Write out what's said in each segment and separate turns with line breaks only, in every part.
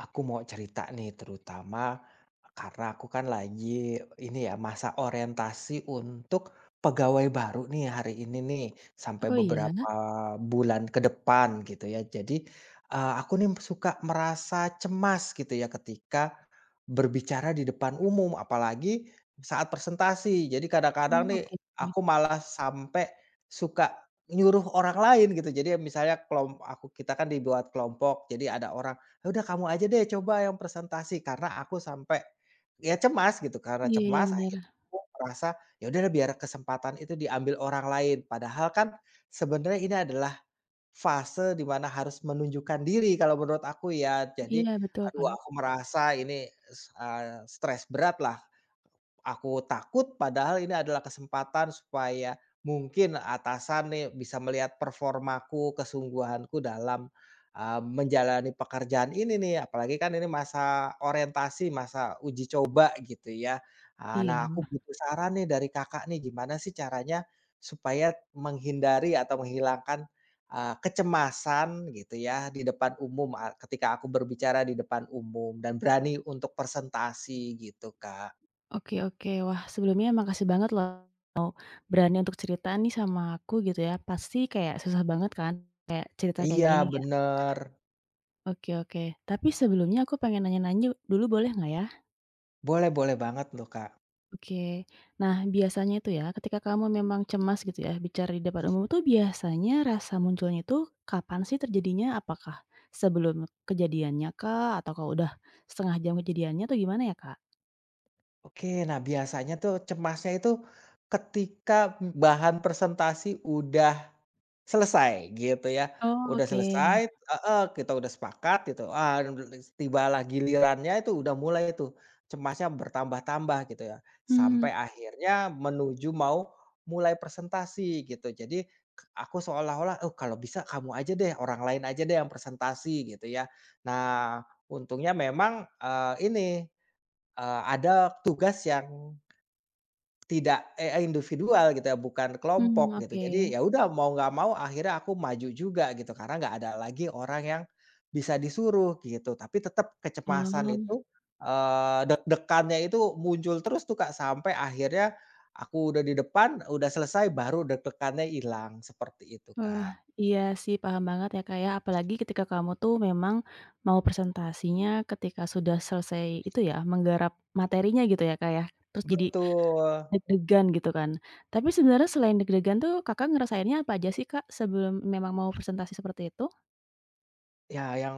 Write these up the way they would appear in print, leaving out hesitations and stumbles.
Aku mau cerita nih, terutama karena aku kan lagi ini ya, masa orientasi untuk pegawai baru nih hari ini nih sampai
Oh, iya?
beberapa bulan ke depan gitu ya. Jadi aku nih suka merasa cemas gitu ya ketika berbicara di depan umum, apalagi saat presentasi. Jadi
Oh,
kadang-kadang
mhm.
nih
Oke, oke.
aku malah sampai suka nyuruh orang lain gitu. Jadi misalnya kelompok aku, kita kan dibuat kelompok. Jadi ada orang, ya udah kamu aja deh coba yang presentasi, karena aku sampai ya cemas gitu. Karena
Iya, iya,
cemas,
bener.
akhirnya aku merasa, ya udah deh biar kesempatan itu diambil orang lain. Padahal kan sebenarnya ini adalah fase di mana harus menunjukkan diri kalau menurut aku ya. Jadi,
Iya, betul, Kak.
aduh, aku merasa ini, s stres berat lah. Aku takut, padahal ini adalah kesempatan supaya mungkin atasan nih bisa melihat performaku, kesungguhanku dalam, menjalani pekerjaan ini nih, apalagi kan ini masa orientasi, masa uji coba gitu ya. Ah,
Iya.
nah aku butuh saran nih dari Kakak nih, gimana sih caranya supaya menghindari atau menghilangkan, kecemasan gitu ya di depan umum, ketika aku berbicara di depan umum dan berani untuk presentasi gitu, Kak.
Oke, oke. Wah, sebelumnya makasih banget loh berani untuk cerita nih sama aku gitu ya. Pasti kayak susah banget kan kayak cerita kayak
Iya
gini ya.
bener,
Oke, oke. Tapi sebelumnya aku pengen nanya-nanya dulu boleh nggak ya?
boleh boleh banget loh, Kak.
Oke. Nah, biasanya itu ya ketika kamu memang cemas gitu ya bicara di depan umum tuh biasanya rasa munculnya itu kapan sih terjadinya? Apakah sebelum kejadiannya kah? Atau kalau udah setengah jam kejadiannya atau gimana ya, Kak?
Oke, nah biasanya tuh cemasnya itu ketika bahan presentasi udah selesai gitu ya,
Oh,
udah
oke.
selesai, heeh, kita udah sepakat gitu, ah, tibalah gilirannya, itu udah mulai itu cemasnya bertambah-tambah gitu ya,
hmm
sampai akhirnya menuju mau mulai presentasi gitu. Jadi aku seolah-olah, "Oh kalau bisa kamu aja deh, orang lain aja deh yang presentasi," gitu ya. Nah untungnya memang, ini, ada tugas yang tidak, individual gitu ya, bukan
mhm,
kelompok gitu.
oke.
Jadi ya udah, mau nggak mau akhirnya aku maju juga gitu, karena nggak ada lagi orang yang bisa disuruh gitu. Tapi tetap kecemasan
Oh,
itu, deg-degannya itu muncul terus tuh, Kak, sampai akhirnya aku udah di depan, udah selesai baru deg-degannya hilang, seperti itu,
wah,
Kak.
iya sih paham banget ya, Kak, ya, apalagi ketika kamu tuh memang mau presentasinya ketika sudah selesai itu ya, menggarap materinya gitu ya, Kak, ya, terus jadi
Betul.
deg-degan gitu kan. Tapi sebenarnya selain deg-degan tuh Kakak ngerasainnya apa aja sih, Kak, sebelum memang mau presentasi seperti itu?
Ya yang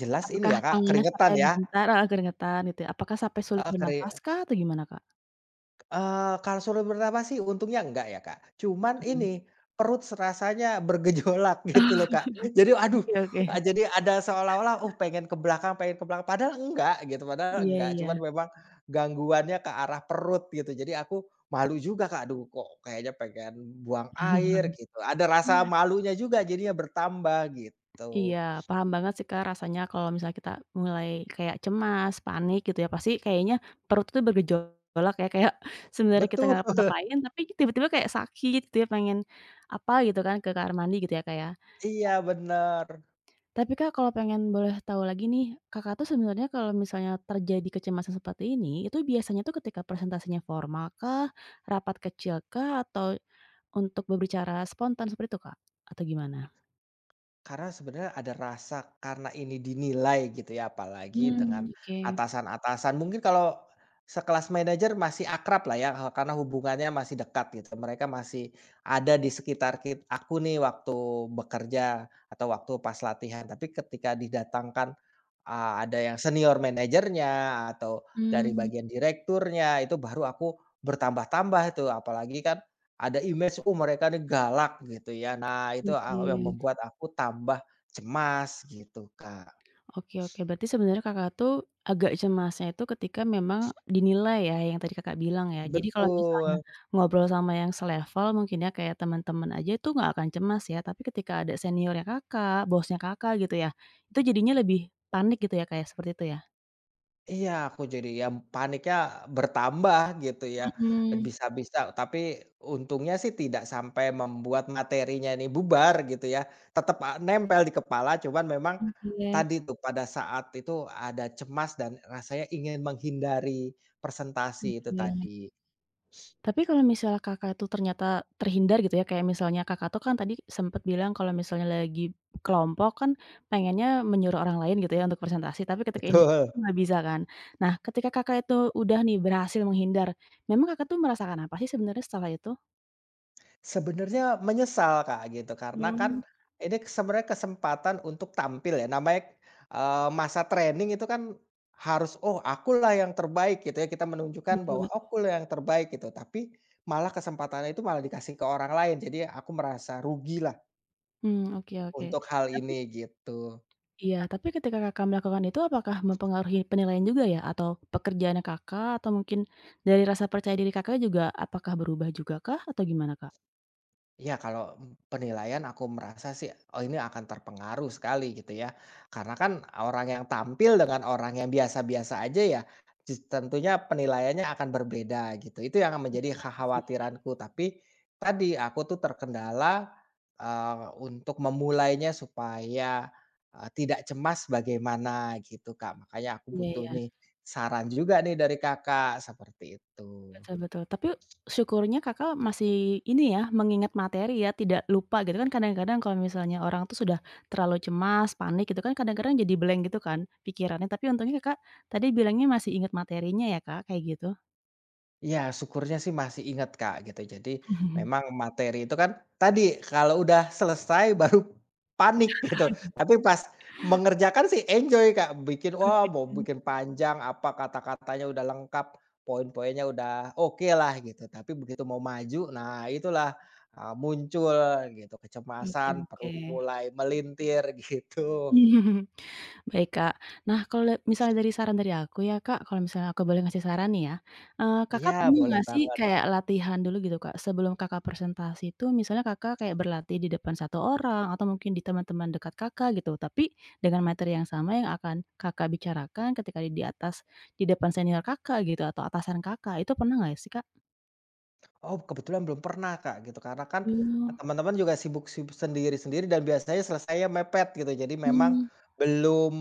jelas ini
Apakah
ya, Kak,
tangannya
keringetan
sampai
ya,
gemetar heeh, keringetan gitu ya? Apakah sampai sulit bernafas
heeh.
kah atau gimana, Kak?
Kalau suruh bernafas sih untungnya enggak ya, Kak. Cuman
Mmm,
ini, perut rasanya bergejolak gitu loh, Kak. Jadi aduh,
oke, oke.
jadi ada seolah-olah, oh pengen ke belakang, padahal enggak gitu, padahal
Iya
enggak,
iya.
cuman memang gangguannya ke arah perut gitu. Jadi aku malu juga, Kak, aduh kok kayaknya pengen buang air gitu, ada rasa malunya juga jadinya bertambah
Iya,
gitu.
paham banget sih, Kak, rasanya kalau misalnya kita mulai kayak cemas, panik gitu ya, pasti kayaknya perut tuh bergejolak ya, kayak sebenarnya kita nggak
Betul,
ngapa-ngapain, tapi tiba-tiba kayak sakit gitu ya, pengen apa gitu kan, ke kamar mandi gitu ya, Kak, ya.
iya bener.
Tapi, Kak, kalau pengen boleh tahu lagi nih, Kakak tuh sebenarnya kalau misalnya terjadi kecemasan seperti ini, itu biasanya tuh ketika presentasinya formal kah, rapat kecil kah, atau untuk berbicara spontan seperti itu, Kak? Atau gimana?
Karena sebenarnya ada rasa, karena ini dinilai gitu ya, apalagi dengan
Mmm, oke.
atasan-atasan. Mungkin kalau sekelas manajer masih akrab lah ya, karena hubungannya masih dekat gitu. Mereka masih ada di sekitar aku nih waktu bekerja atau waktu pas latihan. Tapi ketika didatangkan ada yang senior manajernya atau dari
Mmm,
bagian direkturnya, itu baru aku bertambah-tambah itu, apalagi kan ada image, "Oh, mereka nih galak," gitu ya. Nah, itu, yang
oke.
membuat aku tambah cemas gitu, Kak.
Oke, oke, berarti sebenarnya Kakak tuh agak cemasnya itu ketika memang dinilai ya, yang tadi Kakak bilang ya. Jadi kalau misalnya
Betul.
ngobrol sama yang selevel mungkin ya, kayak teman-teman aja itu nggak akan cemas ya, tapi ketika ada seniornya Kakak, bosnya Kakak gitu ya, itu jadinya lebih panik gitu ya, kayak seperti itu ya?
Iya, aku jadi ya paniknya bertambah gitu ya,
Mhm,
bisa-bisa tapi untungnya sih tidak sampai membuat materinya ini bubar gitu ya, tetap nempel di kepala. Cuman memang
oke,
tadi tuh pada saat itu ada cemas dan rasanya ingin menghindari presentasi itu tadi,
oke. Tapi kalau misalnya Kakak tuh ternyata terhindar gitu ya, kayak misalnya Kakak tuh kan tadi sempat bilang kalau misalnya lagi kelompok kan pengennya menyuruh orang lain gitu ya untuk presentasi, tapi ketika ini
betul.
nggak bisa kan. Nah, ketika Kakak itu udah nih berhasil menghindar, memang Kakak tuh merasakan apa sih sebenarnya setelah itu?
Sebenarnya menyesal, Kak, gitu. Karena kan
Mmm,
ini sebenarnya kesempatan untuk tampil ya, namanya, masa training itu kan harus, "Oh, akulah yang terbaik," gitu ya, kita menunjukkan
betul
bahwa,
betul.
"Akulah yang terbaik," gitu. Tapi malah kesempatannya itu malah dikasih ke orang lain, jadi aku merasa rugi lah
Mmm, oke, oke.
untuk hal
Tapi
ini, gitu.
iya, tapi ketika Kakak melakukan itu apakah mempengaruhi penilaian juga ya? Atau pekerjaannya Kakak, atau mungkin dari rasa percaya diri Kakak juga apakah berubah juga kah? Atau gimana, Kak?
Iya, kalau penilaian aku merasa sih, oh ini akan terpengaruh sekali gitu ya. Karena kan orang yang tampil dengan orang yang biasa-biasa aja ya, tentunya penilaiannya akan berbeda gitu. Itu yang
Iya,
menjadi
paham sih.
kekhawatiranku. Tapi tadi aku tuh terkendala, untuk memulainya supaya tidak cemas bagaimana gitu Kak. Makanya aku
Iya
butuh
iya,
nih saran juga nih dari Kakak seperti itu.
betul, betul. Tapi syukurnya Kakak masih ini ya, mengingat materi ya, tidak lupa gitu kan kadang-kadang kalau misalnya orang tuh sudah terlalu cemas, panik gitu kan kadang-kadang jadi blank gitu kan pikirannya, tapi untungnya Kakak tadi bilangnya masih ingat materinya ya, Kak, kayak gitu?
Iya, syukurnya sih masih ingat, Kak, gitu. Jadi memang materi itu kan tadi, kalau udah selesai baru panik gitu, tapi pas mengerjakan sih enjoy, Kak, bikin, wah,
Oke,
mau bikin panjang, apa, kata-katanya udah lengkap, poin-poinnya udah oke lah gitu, tapi begitu mau maju, nah itulah, muncul gitu
oke
kecemasan,
oke.
perut mulai melintir gitu.
Baik, Kak. Nah, kalau misalnya dari saran dari aku ya, Kak, kalau misalnya aku boleh ngasih saran nih ya, Kakak
Iya,
pernah
boleh
nggak sih
banget.
kayak latihan dulu gitu, Kak, sebelum Kakak presentasi itu misalnya Kakak kayak berlatih di depan satu orang atau mungkin di teman-teman dekat Kakak gitu, tapi dengan materi yang sama yang akan Kakak bicarakan ketika di atas di depan senior Kakak gitu atau atasan Kakak, itu pernah nggak sih, Kak?
Oh, kebetulan belum pernah, Kak, gitu. Karena kan
Oh,
teman-teman juga sibuk sendiri-sendiri dan biasanya selesainya mepet gitu. Jadi memang
mmm,
belum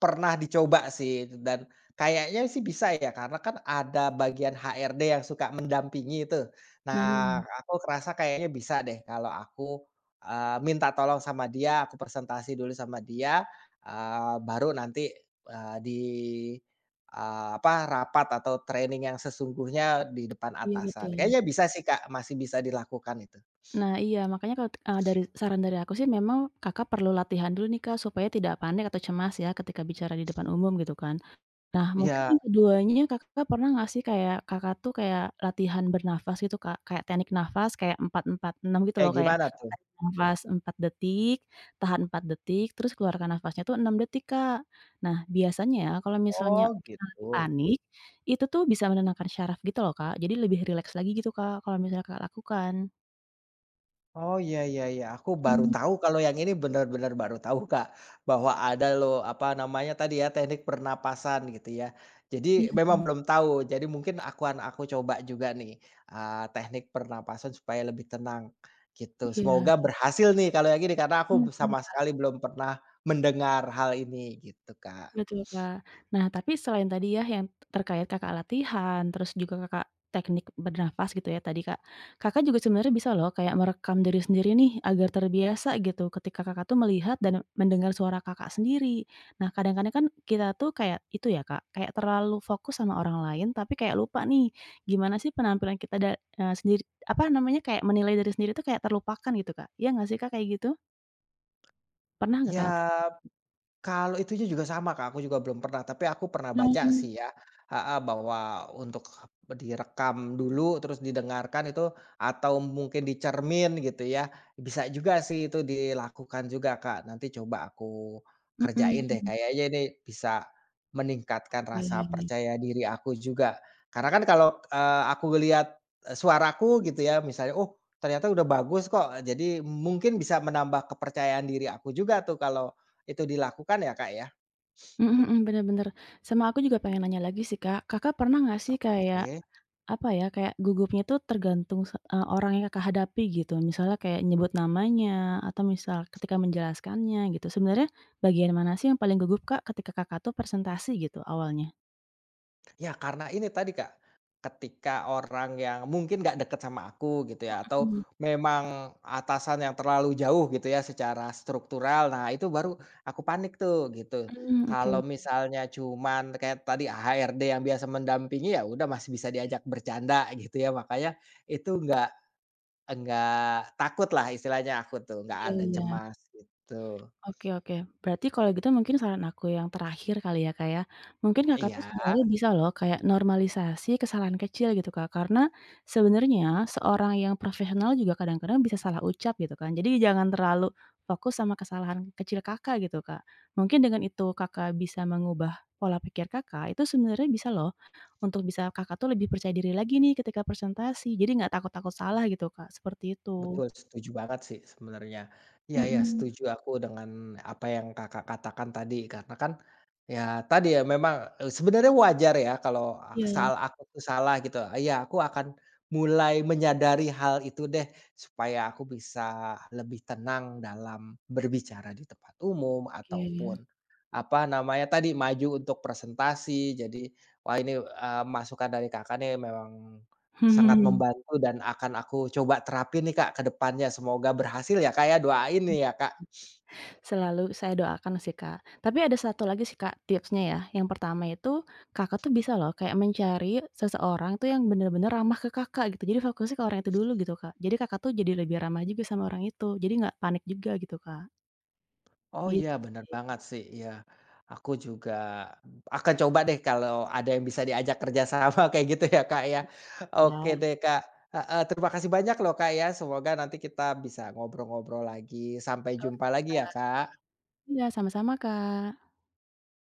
pernah dicoba sih, dan kayaknya sih bisa ya karena kan ada bagian HRD yang suka mendampingi itu. Nah,
nah,
aku kerasa kayaknya bisa deh kalau aku, minta tolong sama dia, aku presentasi dulu sama dia, baru nanti, eee, di apa, rapat atau training yang sesungguhnya di depan
iya
atasan.
betul.
Kayaknya bisa sih Kak, masih bisa dilakukan itu.
Nah iya, makanya dari saran dari aku sih memang Kakak perlu latihan dulu nih, Kak, supaya tidak panik atau cemas ya ketika bicara di depan umum gitu kan. Nah mungkin
Iya,
yang keduanya Kakak pernah nggak sih kayak Kakak tuh kayak latihan bernafas gitu, Kak? Kayak teknik nafas kayak 4 4 6 gitu loh
kayak
kayak
gimana tuh?
tarik nafas 4 detik, tahan 4 detik, terus keluarkan nafasnya tuh 6 detik, Kak. Nah biasanya ya kalau misalnya
Oh
kita lagi
gitu.
panik, itu tuh bisa menenangkan syaraf gitu loh, Kak, jadi lebih rileks lagi gitu, Kak, kalau misalnya Kakak lakukan.
Oh, iya iya iya, aku baru
Mhm.
tahu kalau yang ini, benar-benar baru tahu, Kak, bahwa ada loh, apa namanya tadi ya, teknik pernapasan gitu ya. Jadi
Iya
memang belum tahu, jadi mungkin akuan aku coba juga nih, teknik pernapasan supaya lebih tenang, gitu.
iya,
Semoga berhasil nih kalau yang ini, karena aku
mhm,
sama sekali belum pernah mendengar hal ini gitu, Kak.
betul, Kak. Nah, tapi selain tadi ya yang terkait Kakak latihan, terus juga Kakak teknik bernafas gitu ya tadi, Kak. Kakak juga sebenarnya bisa loh kayak merekam diri sendiri nih agar terbiasa gitu ketika Kakak tuh melihat dan mendengar suara Kakak sendiri. Nah, kadang-kadang kan kita tuh kayak itu ya, Kak, kayak terlalu fokus sama orang lain tapi kayak lupa nih gimana sih penampilan kita sendiri apa namanya, kayak menilai dari sendiri tuh kayak terlupakan gitu, Kak. Iya nggak sih, Kak, kayak gitu? Pernah nggak,
Ya
Kak, latih?
kalau itunya juga sama, Kak, aku juga belum pernah, tapi aku pernah baca sih ya, heeh, bahwa untuk direkam dulu terus didengarkan itu atau mungkin gitu ya, bisa juga sih itu dilakukan juga, Kak. Nanti coba aku kerjain
Mhm,
deh, kayaknya ini bisa meningkatkan rasa
mmm.
percaya diri aku juga. Karena kan kalau, aku lihat, suaraku gitu ya misalnya, "Oh, ternyata udah bagus kok," jadi mungkin bisa menambah kepercayaan diri aku juga tuh kalau itu dilakukan ya, Kak, ya?
Mhm, mhm, bener, bener. Sama aku juga pengen nanya lagi sih, Kak. Kakak pernah nggak sih kayak,
Oke.
apa ya, kayak gugupnya tuh tergantung orang yang Kakak hadapi gitu, misalnya kayak nyebut namanya atau misal ketika menjelaskannya gitu. Sebenarnya bagian mana sih yang paling gugup, Kak, ketika Kakak tuh presentasi gitu awalnya?
Ya, karena ini tadi, Kak, ketika orang yang mungkin nggak deket sama aku gitu ya, atau
Mhm.
memang atasan yang terlalu jauh gitu ya secara struktural, nah itu baru aku panik tuh gitu.
Mmm, oke
Kalau
oke,
misalnya cuman kayak tadi HRD yang biasa mendampingi, ya udah masih bisa diajak bercanda gitu ya, makanya itu nggak nggak takut lah istilahnya aku tuh, nggak
iya
ada
iya.
cemas gitu.
Oke, oke. Berarti kalau gitu mungkin saran aku yang terakhir kali ya, Kak, ya. Mungkin Kakak
Iya.
tuh sebenarnya bisa loh kayak normalisasi kesalahan kecil gitu, Kak. Karena sebenarnya seorang yang profesional juga kadang-kadang bisa salah ucap gitu kan. Jadi jangan terlalu fokus sama kesalahan kecil Kakak gitu, Kak. Mungkin dengan itu Kakak bisa mengubah pola pikir Kakak, itu sebenarnya bisa loh untuk bisa Kakak tuh lebih percaya diri lagi nih ketika presentasi. Jadi nggak takut-takut salah gitu, Kak, seperti itu.
Betul, setuju banget sih sebenarnya. Iya
Mhm.
ya
Mhm.
setuju aku dengan apa yang Kakak katakan tadi, karena kan, ya tadi ya memang, sebenarnya wajar ya kalau
Iya,
aku tuh salah gitu. Iya, aku akan mulai menyadari hal itu deh, supaya aku bisa lebih tenang dalam berbicara di tempat umum ataupun,
oke.
apa namanya tadi, maju untuk presentasi. Jadi, wah ini, masukan dari Kakak nih memang sangat membantu dan akan aku coba terapin nih Kak ke depannya, semoga berhasil ya Kak ya, doain nih ya Kak.
Selalu saya doakan sih, Kak. Tapi ada satu lagi sih, Kak, tipsnya ya. Yang pertama itu, Kakak tuh bisa loh kayak mencari seseorang tuh yang bener-bener ramah ke Kakak gitu. Jadi fokusnya ke orang itu dulu gitu, Kak. Jadi Kakak tuh jadi lebih ramah juga sama orang itu. Jadi nggak panik juga gitu, Kak.
Oh iya
Gitu
bener
sih.
banget sih, iya. Aku juga akan coba deh kalau ada yang bisa diajak kerja sama kayak gitu ya Kak ya. Oke
Ya.
deh Kak, heeh, terima kasih banyak loh Kak ya, semoga nanti kita bisa ngobrol-ngobrol lagi, sampai jumpa
Oke,
lagi ya
Kak.
Kak.
Iya, sama-sama, Kak.